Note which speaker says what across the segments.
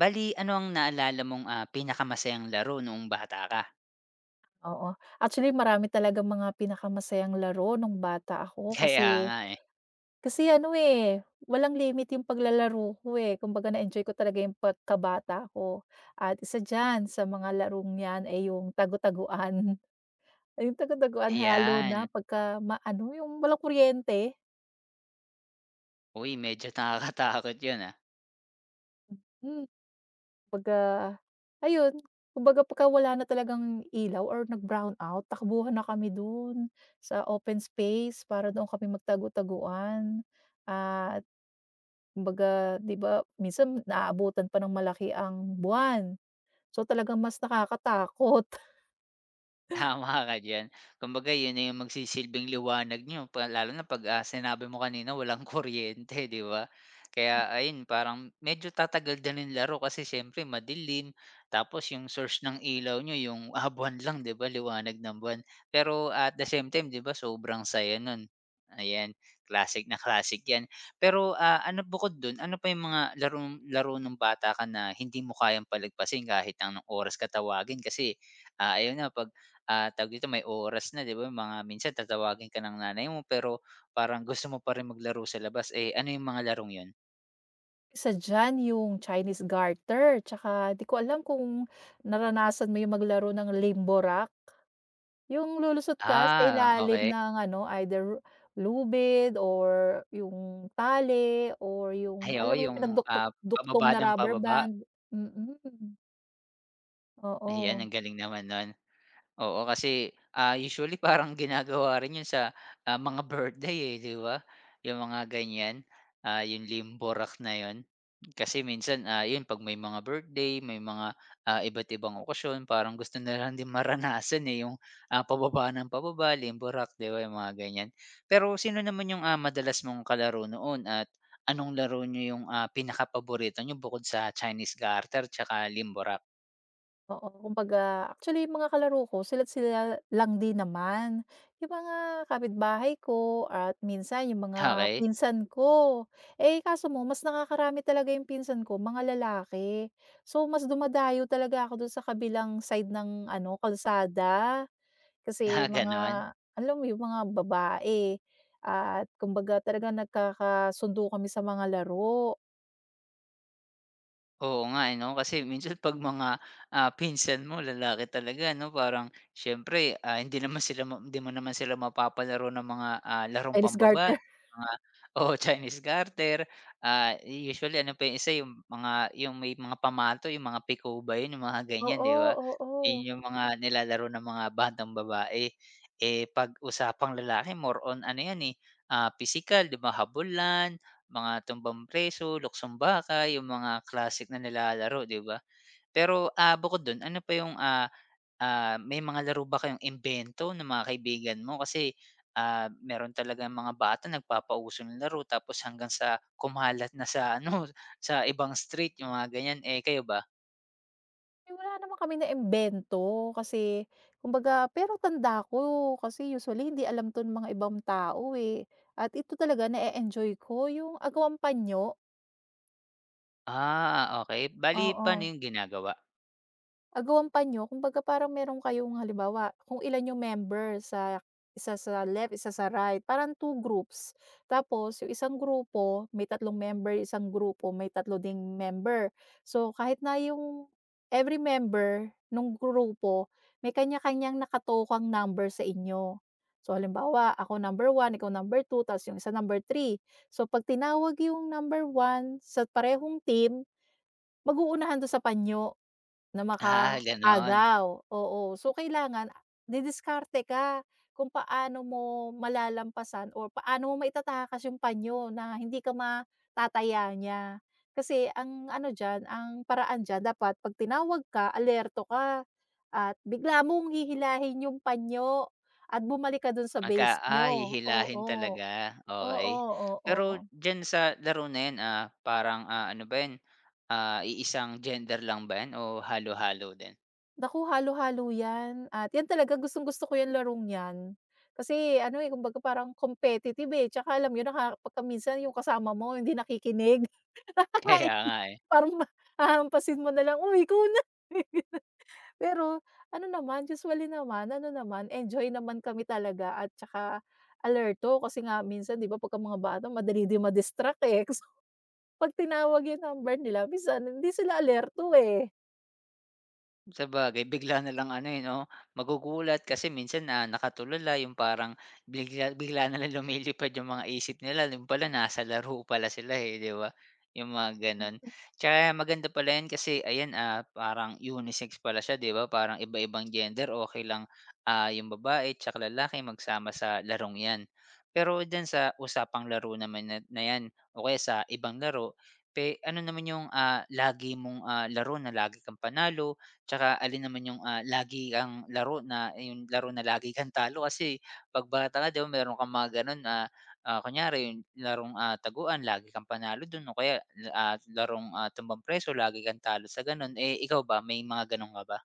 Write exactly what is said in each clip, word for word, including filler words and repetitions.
Speaker 1: Bali ano ang naalala mong, ah, pinakamasayang laro noong bata ka?
Speaker 2: Oo. Actually, marami talagang mga pinakamasayang laro nung bata ako
Speaker 1: Kaya
Speaker 2: kasi
Speaker 1: nga, eh.
Speaker 2: kasi ano, eh, walang limit yung paglalaro ko, eh. Kumbaga na-enjoy ko talaga yung pagkabata ko at isa diyan sa mga larong 'yan ay yung tagu-taguan. Yung tagu-taguan halo
Speaker 1: Ayan.
Speaker 2: na pagka maano, yung walang kuryente.
Speaker 1: Uy, medyo nakakatakot yun, ah.
Speaker 2: Hmm. Kumbaga, ayun, kumbaga pagka wala na talagang ilaw or nag-brown out, takbuhan na kami dun sa open space para doon kami magtago-taguan. At kumbaga, 'di ba, minsan naaabutan pa ng malaki ang buwan. So, talagang mas nakakatakot.
Speaker 1: Tama ka diyan. Kumbaga yun na yung magsisilbing liwanag nyo, pa lalo na 'pag, ah, sinabi mo kanina walang kuryente, 'di ba? Kaya ayun parang medyo tatagal din yung laro kasi siyempre madilim, tapos yung source ng ilaw nyo yung, ah, buwan lang 'di ba, liwanag ng buwan. Pero at the same time 'di ba sobrang saya nun. Ayan, classic na classic 'yan. Pero, ah, ano bukod dun, ano pa yung mga larong laro nung bata ka na hindi mo kayang palagpasin kahit ang oras ka tawagin kasi, ah, ayun na 'pag ah, tawag dito, may oras na 'di ba, mga minsan tatawagin ka ng nanay mo pero parang gusto mo pa rin maglaro sa labas, eh, ano yung mga larong yun?
Speaker 2: Isa diyan yung Chinese garter, tsaka 'di ko alam kung naranasan mo yung maglaro ng limbo rock? Yung lulusot ka sa
Speaker 1: Ah,
Speaker 2: ilalim
Speaker 1: okay.
Speaker 2: ng ano, either lubid or yung tali or
Speaker 1: Ay
Speaker 2: yung alam
Speaker 1: oo,
Speaker 2: mo yung
Speaker 1: yung,
Speaker 2: pinagduktok
Speaker 1: ah,
Speaker 2: duktong
Speaker 1: pababa
Speaker 2: na
Speaker 1: ng
Speaker 2: rubber
Speaker 1: pababa,
Speaker 2: band, mm.
Speaker 1: ayan
Speaker 2: Oo,
Speaker 1: ang galing naman nun. Oo, kasi, ah, usually parang ginagawa rin 'yun sa, ah, mga birthday, eh, 'di ba? Yung mga ganiyan, ah, yung limborak na 'yun. Kasi minsan, ah, 'yun 'pag may mga birthday, may mga, ah, iba't ibang okasyon parang gusto na lang din maranasan, eh, yung, ah, pababa ng pababa, limborak, 'di ba, yung mga ganiyan. Pero sino naman yung, ah, madalas mong kalaro noon at anong laro niyo yung, ah, pinakapaborito nyo bukod sa Chinese garter tsaka limborak?
Speaker 2: oo kumbaga actually yung mga kalaro ko sila't sila lang din naman, yung mga kapitbahay ko at minsan yung mga
Speaker 1: Okey.
Speaker 2: pinsan ko. Eh, kaso mo mas nakakarami talaga yung pinsan ko mga lalaki. So, mas dumadayo talaga ako dun sa kabilang side ng ano, kalsada. Kasi
Speaker 1: Ah, gano'n.
Speaker 2: mga alam mo yung mga babae at kumbaga talagang nagkakasundo kami sa mga laro.
Speaker 1: Oo nga, eh, 'no, kasi minsan 'pag mga, ah, pinsan mo lalaki talaga, 'no, parang siyempre, ah, hindi naman sila ma hindi mo naman sila mapapalaro ng mga, ah, larong
Speaker 2: Chinese
Speaker 1: pambabae,
Speaker 2: garter.
Speaker 1: mga oh Chinese garter. Ah, usually ano pa yung isa, yung mga yung may mga pamato, yung mga piko ba yun, yung mga ganyan,
Speaker 2: Oo,
Speaker 1: 'di ba? Yun
Speaker 2: oo.
Speaker 1: yung mga nilalaro ng mga batang babae. Eh, 'pag usapang lalaki more on ano yan, eh, ah, pisikal, 'di ba, habulan, mga tumbang preso, luksong baka, yung mga classic na nilalaro, 'di ba? Pero, ah, bukod dun ano pa yung, ah, ah, may mga laro ba kayong imbento ng mga kaibigan mo? Kasi, ah, meron talaga mga bata nagpapauso ng laro tapos hanggang sa kumalat na sa ano, sa ibang street yung mga ganyan. Eh, kayo ba?
Speaker 2: Eh, wala naman kami na naimbento kasi kumbaga pero tanda ko kasi usually hindi alam 'to ng mga ibang tao, eh, at ito talaga na enjoy ko yung agawang panyo,
Speaker 1: Ah, okay, bale
Speaker 2: oo.
Speaker 1: paano yung ginagawa?
Speaker 2: Agawan pa niyo kumbaga parang meron kayong halimbawa kung ilan yung member sa isa sa left, isa sa right, parang two groups. Tapos yung isang grupo may tatlong member, isang grupo may 3 ding member. So kahit na yung every member nung grupo may kanya-kanyang nakatokang number sa inyo. So halimbawa ako number one, ikaw number two, ta's yung isa number three. So 'pag tinawag yung number one sa parehong team, mag-uunahan dun sa panyo. Na
Speaker 1: Ah, gano'n.
Speaker 2: makaagaw, oo. So, kailangan didiskarte ka kung paano mo malalampasan or paano mo maitatakas yung panyo na hindi ka matataya niya. Kasi ang ano diyan, ang paraan diyan, dapat 'pag tinawag ka, alerto ka at bigla mong hihilahin yung panyo at bumalik ka dun sa
Speaker 1: Magka
Speaker 2: base
Speaker 1: ah,
Speaker 2: nyo.
Speaker 1: hihilahin
Speaker 2: Oo.
Speaker 1: talaga, okey.
Speaker 2: Oo, oo,
Speaker 1: Pero
Speaker 2: oo.
Speaker 1: diyan sa laro na 'yan, ah, parang, ah, ano ba 'yan, ah, iisang gender lang ba 'yan o halo-halo din?
Speaker 2: Naku, halo-halo 'yan at 'yan talaga gustong-gusto ko 'yang larong 'yan. Kasi ano, eh, kumbaga parang competitive, eh, tsaka alam yun naka pagka minsan yung kasama mo hindi nakikinig, eh,
Speaker 1: Kaya nga,
Speaker 2: parang ma hahampasin mo na lang, "Oh, ikaw na." Pero ano naman, usually naman ano naman, enjoy naman kami talaga at tsaka alerto kasi nga minsan 'di ba pagka mga bata madali din ma-distract, eh. So, 'pag tinawag yung number nila minsan hindi sila alerto, eh.
Speaker 1: sabagay bigla na lang ano, eh, 'no, magugulat kasi minsan, na nakatulala yung parang bigla bigla na lang lumilipad yung mga isip nila yun pala nasa laro pala sila, eh, 'di ba? Yung mga gano'n. Tsaka maganda pala yan kasi ayan, ah, parang unisex pala siya, 'di ba? Parang iba-ibang gender okay lang, ah, yung babae tsaka lalaki magsama sa larong 'yan. Pero dyan sa usapang laro naman na na 'yan o kaya sa ibang laro, pe ano naman yung, ah, lagi mong, ah, laro na lagi kang panalo. Tsaka alin naman yung, ah, lagi kang laro na yung laro na lagi kang talo kasi 'pag bata ka 'di ba meron kang mga gano'n, ah, ah, kunyari yung larong, ah, taguan lagi kang panalo do'n o kaya, ah, larong, ah, tumbang preso lagi kang talo sa gano'n. Eh, ikaw ba may mga gano'n ka ba?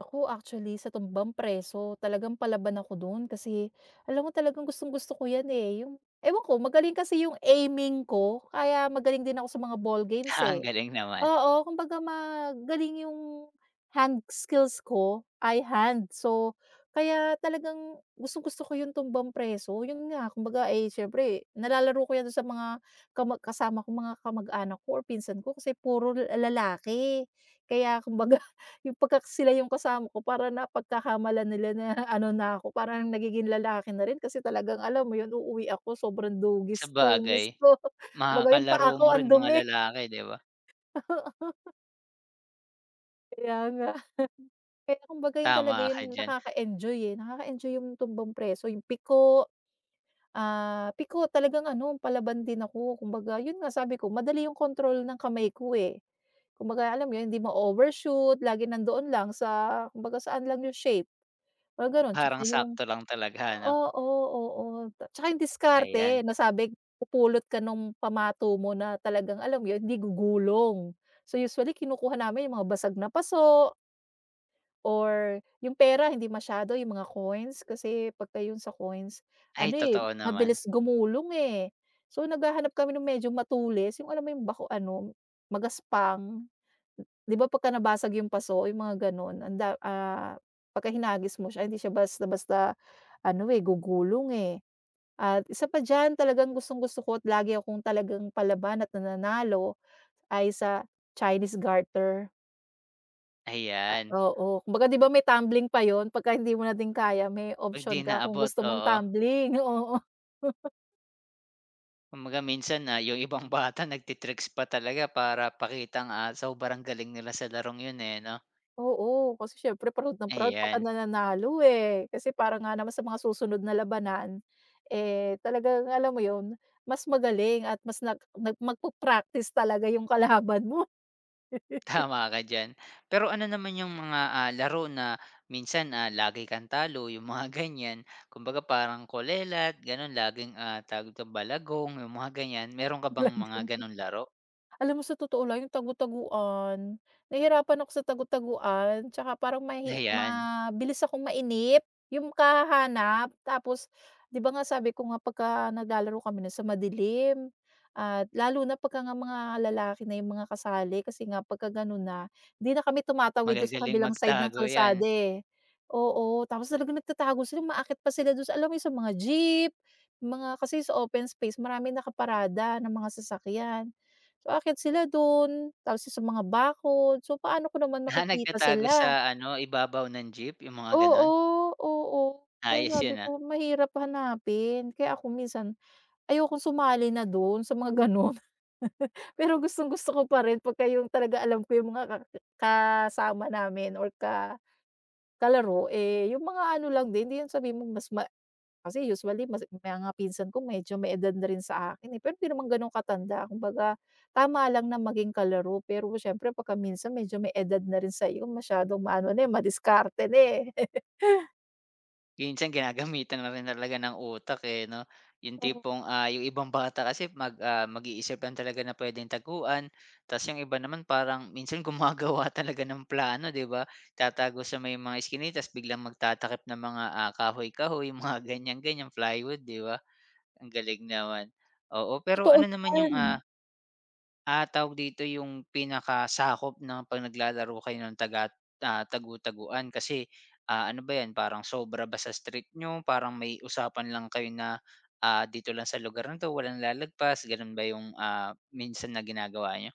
Speaker 2: Ako actually sa tumbang preso talagang palaban ako dun kasi alam mo talagang gustong-gusto ko yan, eh, yung ewan ko magaling kasi yung aiming ko kaya magaling din ako sa mga ball games,
Speaker 1: Ah, ang
Speaker 2: eh.
Speaker 1: galing naman.
Speaker 2: Oo, kumbaga magaling yung hand skills ko, ay hand. So, kaya talagang gustong-gusto ko yung tumbang preso, yun nga kumbaga, eh, siyempre nalalaro ko yan sa mga kama kasama ko mga kamag-anak ko or pinsan ko kasi puro la lalaki. Kaya kumbaga yung pagka sila yung kasama ko para na napagkakamalan nila na ano na ako, parang nagiging lalaki na rin kasi talagang alam mo yun, uuwi ako sobrang
Speaker 1: Sabagay,
Speaker 2: dugis-dungis ko.
Speaker 1: mga
Speaker 2: Kumbaga yung paa
Speaker 1: kalaro
Speaker 2: ko
Speaker 1: mo
Speaker 2: ang
Speaker 1: rin mga
Speaker 2: dumi.
Speaker 1: lalaki 'di ba?
Speaker 2: Kaya nga. Kaya kumbaga yun talaga
Speaker 1: Tama
Speaker 2: yung
Speaker 1: ka diyan,
Speaker 2: nakaka-enjoy, eh, nakaka-enjoy yung tumbang preso, yung piko, ah, piko talagang ano palaban din ako kumbaga yun nga sabi ko madali yung control ng kamay ko, eh. Kumbaga alam mo yun hindi ma-overshoot, lagi nandoon lang sa kumbaga saan lang yung shape, mga ganon tsaka
Speaker 1: parang
Speaker 2: yung
Speaker 1: sakto lang talaga
Speaker 2: Ah.
Speaker 1: ano?
Speaker 2: Oo, oo, Ta- tsaka yung diskarte
Speaker 1: Ayan.
Speaker 2: nasabi pupulot ka nung pamato mo na talagang alam mo yun hindi gugulong. So, usually kinukuha namin yung mga basag na paso. Or yung pera hindi masyado, yung mga coins kasi pagka yun sa coins
Speaker 1: Ay
Speaker 2: ano, eh,
Speaker 1: totoo naman,
Speaker 2: mabilis gumulong, eh. So, naghahanap kami ng medyo matulis yung alam mo yung bako ano, magaspang. 'Di ba pagka nabasag yung paso yung mga gano'n ang da ah, pagka hinagis mo siya hindi siya basta-basta ano, eh, gugulong, eh. At isa pa diyan talagang gustong-gusto ko at lagi akong talagang palaban at nananalo ay sa Chinese garter. Ah,
Speaker 1: ayan.
Speaker 2: oo, kumbaga 'di ba may tumbling pa yun pagka hindi mo na din kaya, may
Speaker 1: 'Pag 'di
Speaker 2: option ka kung
Speaker 1: naabot,
Speaker 2: gusto mong
Speaker 1: oo.
Speaker 2: tumbling, oo.
Speaker 1: Kumbaga minsan, na yung ibang bata nagtitricks tricks pa talaga para pakitang, ah, sobrang galing nila sa larong yun, eh, 'no?
Speaker 2: Oo, kasi siyempre proud na proud pagka
Speaker 1: Ayan,
Speaker 2: nananalo, eh, kasi para nga naman sa mga susunod na labanan, eh, talagang alam mo yun, mas magaling at mas nag nag magpa-practice talaga yung kalaban mo,
Speaker 1: tama ka diyan. Pero ano naman yung mga, ah, laro na minsan, ah, lagi kang talo, yung mga ganyan. Kumbaga parang kolelat, gano'n, laging, ah, tawag dito, balagong, yung mga ganyan. Meron ka bang mga
Speaker 2: talagang
Speaker 1: gano'ng laro?
Speaker 2: alam mo sa totoo lang yung tagu-taguan, nahihirapan ako sa tagu-taguan tsaka parang mahi
Speaker 1: Ayan,
Speaker 2: mabilis akong mainip, yung kahanap, tapos 'di ba nga sabi ko nga pagka naglalaro kami na sa madilim at lalo na pagka nga mga lalaki na yung mga kasali kasi nga pagka ganun na, 'di na kami tumatawid dun sa
Speaker 1: magagaling
Speaker 2: kabilang side ng
Speaker 1: magtago 'yan.
Speaker 2: kalsada, eh. Oo, tapos talaga nagtatago sila, umaakyat pa sila dun sa alam mo yung sa mga jeep, mga kasi sa open space maraming nakaparada na mga sasakyan. So, aakyat sila dun, tapos sa mga bakod. So, paano ko naman
Speaker 1: Ah,
Speaker 2: makikita
Speaker 1: nagtatago sa
Speaker 2: sila?
Speaker 1: ano, ibabaw ng jeep, yung mga gano'n?
Speaker 2: Oo, oo. Kaya
Speaker 1: Ayos
Speaker 2: sabi
Speaker 1: yun, ah.
Speaker 2: ko mahirap hanapin. Kaya ako minsan ayokong sumali na dun sa mga ganun. Pero gustong-gusto ko pa rin pagka yung talaga alam ko yung mga ka kasama namin or ka kalaro, eh, yung mga ano lang din, hindi yung sabihin mong mas ma kasi usually mas mga pinsan ko medyo may edad na rin sa akin, eh, pero hindi naman gano'n katanda kumbaga tama lang na maging kalaro, pero siyempre pagka minsan medyo may edad na rin sa'yo masyadong maano na, eh, madiskarte na, eh.
Speaker 1: Minsan ginagamitan na rin talaga ng utak, eh, 'no? Yung
Speaker 2: Oh.
Speaker 1: tipong, ah, yung ibang bata kasi mag ah, mag-iisip lang talaga na pwedeng taguan, ta's yung iba naman parang minsan gumagawa talaga ng plano, 'di ba? Tatago sa may mga eskinita ta's biglang magtatakip ng mga, ah, kahoy-kahoy, mga ganyan-ganyan, plywood, 'di ba? Ang galing naman. Oo, pero
Speaker 2: Totoo
Speaker 1: ano naman yung,
Speaker 2: yan.
Speaker 1: ah. Ah, tawag dito yung pinakasakop ng 'pag naglalaro kayo ng taga ah, tagu-taguan kasi, ah, ano ba 'yan parang sobra ba sa street niyo, parang may usapan lang kayo na, ah, dito lang sa lugar na 'to walang lalagpas gano'n ba yung, ah, minsan na ginagawa niyo?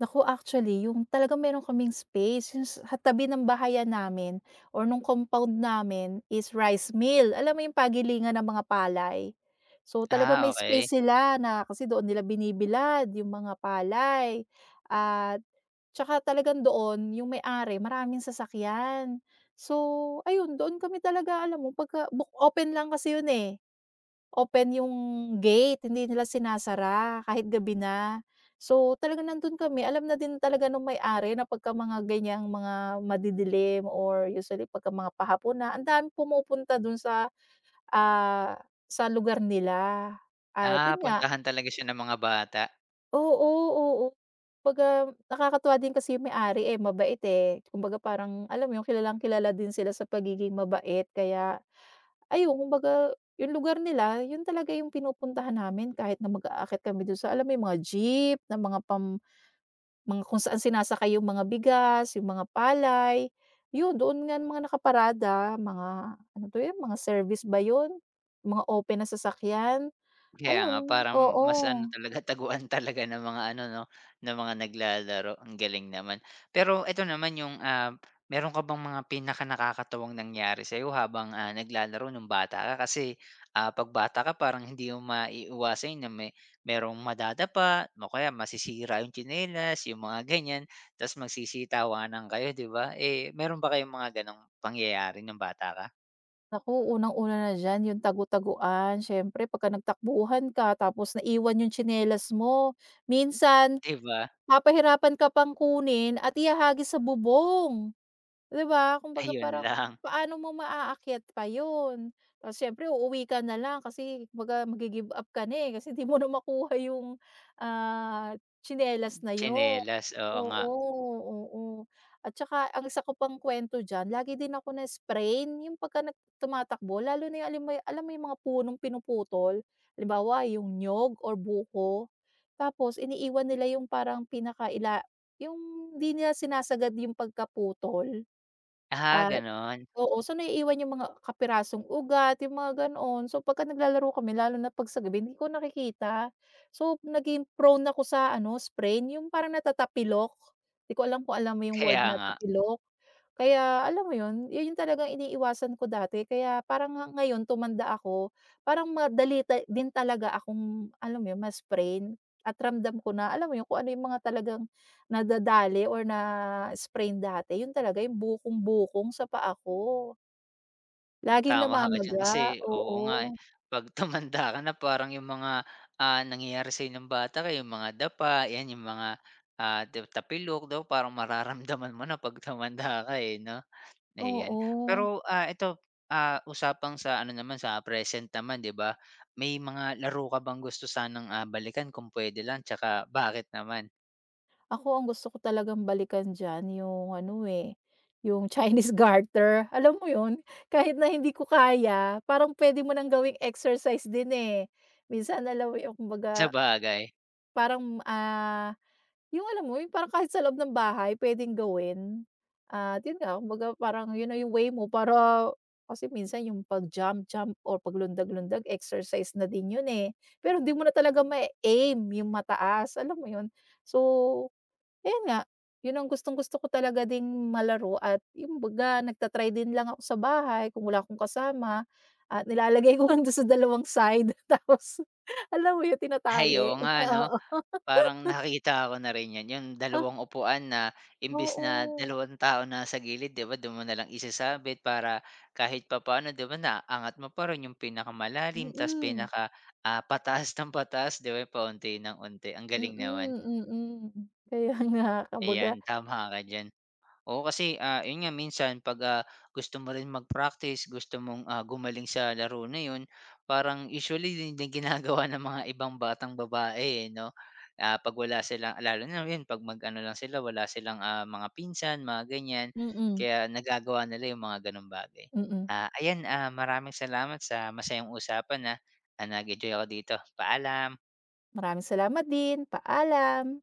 Speaker 2: Naku, actually yung talagang meron kaming space yung sa tabi ng bahayan namin or nung compound namin is rice mill. Alam mo yung pagilingan ng mga palay? So, talagang may
Speaker 1: Ah, okay.
Speaker 2: space sila na kasi doon nila binibilad yung mga palay at tsaka talagang doon yung may-ari maraming sasakyan. So, ayun doon kami talaga alam mo pagka book open lang kasi yun, eh. Open yung gate, hindi nila sinasara kahit gabi na. So, talagang nandun kami, alam na din talaga nung may-ari na pagka mga ganyang mga madidilim or usually pagka mga pahapon na, ang daming pumupunta dun sa, ah, sa lugar nila at
Speaker 1: Ah,
Speaker 2: yun nga
Speaker 1: puntahan talaga siya ng mga bata.
Speaker 2: oo, oo. Kumbaga nakakatuwa din kasi yung may-ari, eh, mabait, eh. Kumbaga parang alam mo yun, kilalang kilala din sila sa pagiging mabait kaya ayun, kumbaga yung lugar nila yun talaga yung pinupuntahan namin kahit na mag-aakyat kami dun sa alam mo yung mga jeep na mga pam mga kung saan sinasakay yung mga bigas, yung mga palay. Yun doon nga yung mga nakaparada, mga ano to yun, mga service ba yun? Mga open na sasakyan,
Speaker 1: Kaya nga
Speaker 2: ayun,
Speaker 1: parang
Speaker 2: oo.
Speaker 1: mas ano talaga, taguan talaga ng mga ano 'no, ng mga naglalaro, ang galing naman. Pero eto naman yung, ah, meron ka bang mga pinakanakakatuwang nangyari sa'yo habang, ah, naglalaro nung bata ka? Kasi, ah, 'pag bata ka parang hindi mo maiiwasan na may merong madadapa o kaya masisira yung tsinelas, yung mga ganyan, ta's magsisitawanan kayo, 'di ba? Eh, meron ba kayong mga gano'ng pangyayari nung bata ka?
Speaker 2: Naku, unang-una na diyan yung tagu-taguan, siyempre pagka nagtakbuhan ka tapos naiwan yung tsinelas mo, minsan
Speaker 1: 'Di ba?
Speaker 2: papahirapan ka pang kunin at ihahagis sa bubong. 'Di ba, kumbaga
Speaker 1: Ayun
Speaker 2: parang
Speaker 1: lang,
Speaker 2: paano mo maaakyat pa yun? Tapos siyempre uuwi ka na lang kasi kumbaga maggi-give up ka na, eh, kasi di mo na makuha yung, ah, tsinelas na yun.
Speaker 1: tsinelas, oo nga.
Speaker 2: Oo, oo. At saka ang isa ko pang kuwento diyan, lagi din ako na-sprain yung pagka nag tumatakbo, lalo na yung alam mo alam mo yung mga punong pinuputol? Halimbawa yung niyog or buko, tapos iniiwan nila yung parang pinakaila yung 'di nila sinasagad yung pagkaputol.
Speaker 1: Ah,
Speaker 2: At
Speaker 1: gano'n.
Speaker 2: oo, so naiiwan yung mga kapirasong ugat, yung mga ganoon. So pagka naglalaro kami lalo na 'pag sa gabi hindi ko nakikita. So naging prone ako sa ano, sprain, yung parang natatapilok. Di ko alam kung alam mo yung word
Speaker 1: Kaya
Speaker 2: na
Speaker 1: nga,
Speaker 2: tapilok? Kaya alam mo 'yun, 'yun yung talagang iniiwasan ko dati kaya parang nga ngayon tumanda ako, parang madali ta din talaga akong alam mo 'yun, mas sprain at ramdam ko na alam mo 'yun, kung ano yung mga talagang nadadali or na-sprain dati 'yun talaga yung bukong-bukong sa paa ko. Laging
Speaker 1: tama ka diyan
Speaker 2: namamaga,
Speaker 1: kasi
Speaker 2: oo,
Speaker 1: oo nga, eh, 'pag tumanda ka na parang yung mga, ah, nangyayari sa'yo nung bata ka yung mga dapa, 'yan yung mga, ah, ta tapilok daw parang mararamdaman mo na 'pag tumanda ka, eh, 'no? Ayan.
Speaker 2: oo.
Speaker 1: Pero, ah, ito, ah, usapang sa ano naman, sa present naman, 'di ba? May mga laro ka bang gusto sanang, ah, balikan kung puwede lang, 'tsaka bakit naman?
Speaker 2: Ako ang gusto ko talagang balikan diyan yung ano, eh, yung Chinese garter, alam mo yun? Kahit na hindi ko kaya, parang pwede mo ng gawing exercise din, eh. Minsan alam mo yung kumbaga
Speaker 1: Sabagay.
Speaker 2: parang, ah, yung alam mo yung parang kahit sa loob ng bahay puwedeng gawin. At yun nga, kumbaga parang yun na yung way mo para kasi minsan yung pag-jump-jump or paglundag-lundag exercise na din yun, eh. Pero hindi mo na talaga ma aim yung mataas, alam mo yun? So ayun nga, yun ang gustong-gusto ko talaga ding malaro at yung baga nagta-try din lang ako sa bahay kung wala akong kasama at nilalagay ko lang dun sa dalawang side tapos alam mo yun
Speaker 1: Ay, oo
Speaker 2: tinatali,
Speaker 1: nga 'no?
Speaker 2: oo.
Speaker 1: Parang nakita ko na rin 'yan, yung dalawang upuan na imbes na
Speaker 2: Oo,
Speaker 1: dalawang tao na sa gilid 'di ba, do'n mo na lang isasabit para kahit papaano 'di ba, naaangat mo pa rin yung pinakamalalim ta's
Speaker 2: mm,
Speaker 1: pinaka, ah, pataas ng pataas 'di ba, paunti ng unti. Ang galing naman,
Speaker 2: mm, mm. Kaya nga kumbaga
Speaker 1: ayan tama ka diyan. Oo, kasi, ah, yun nga minsan 'pag, ah, gusto mo rin mag-practice, gusto mong, ah, gumaling sa laro na yun, parang usually yun din ginagawa ng mga ibang batang babae, eh, 'no? Ah, 'pag wala silang lalo na yun 'pag mag-ano lang sila, wala silang, ah, mga pinsan, mga ganyan,
Speaker 2: mm,
Speaker 1: kaya nagagawa nila yung mga gano'ng bagay.
Speaker 2: mm.
Speaker 1: Ah, ayan, ah, maraming salamat sa masayang usapan, na. Ah, nag-enjoy ako dito. Paalam.
Speaker 2: Maraming salamat din, paalam.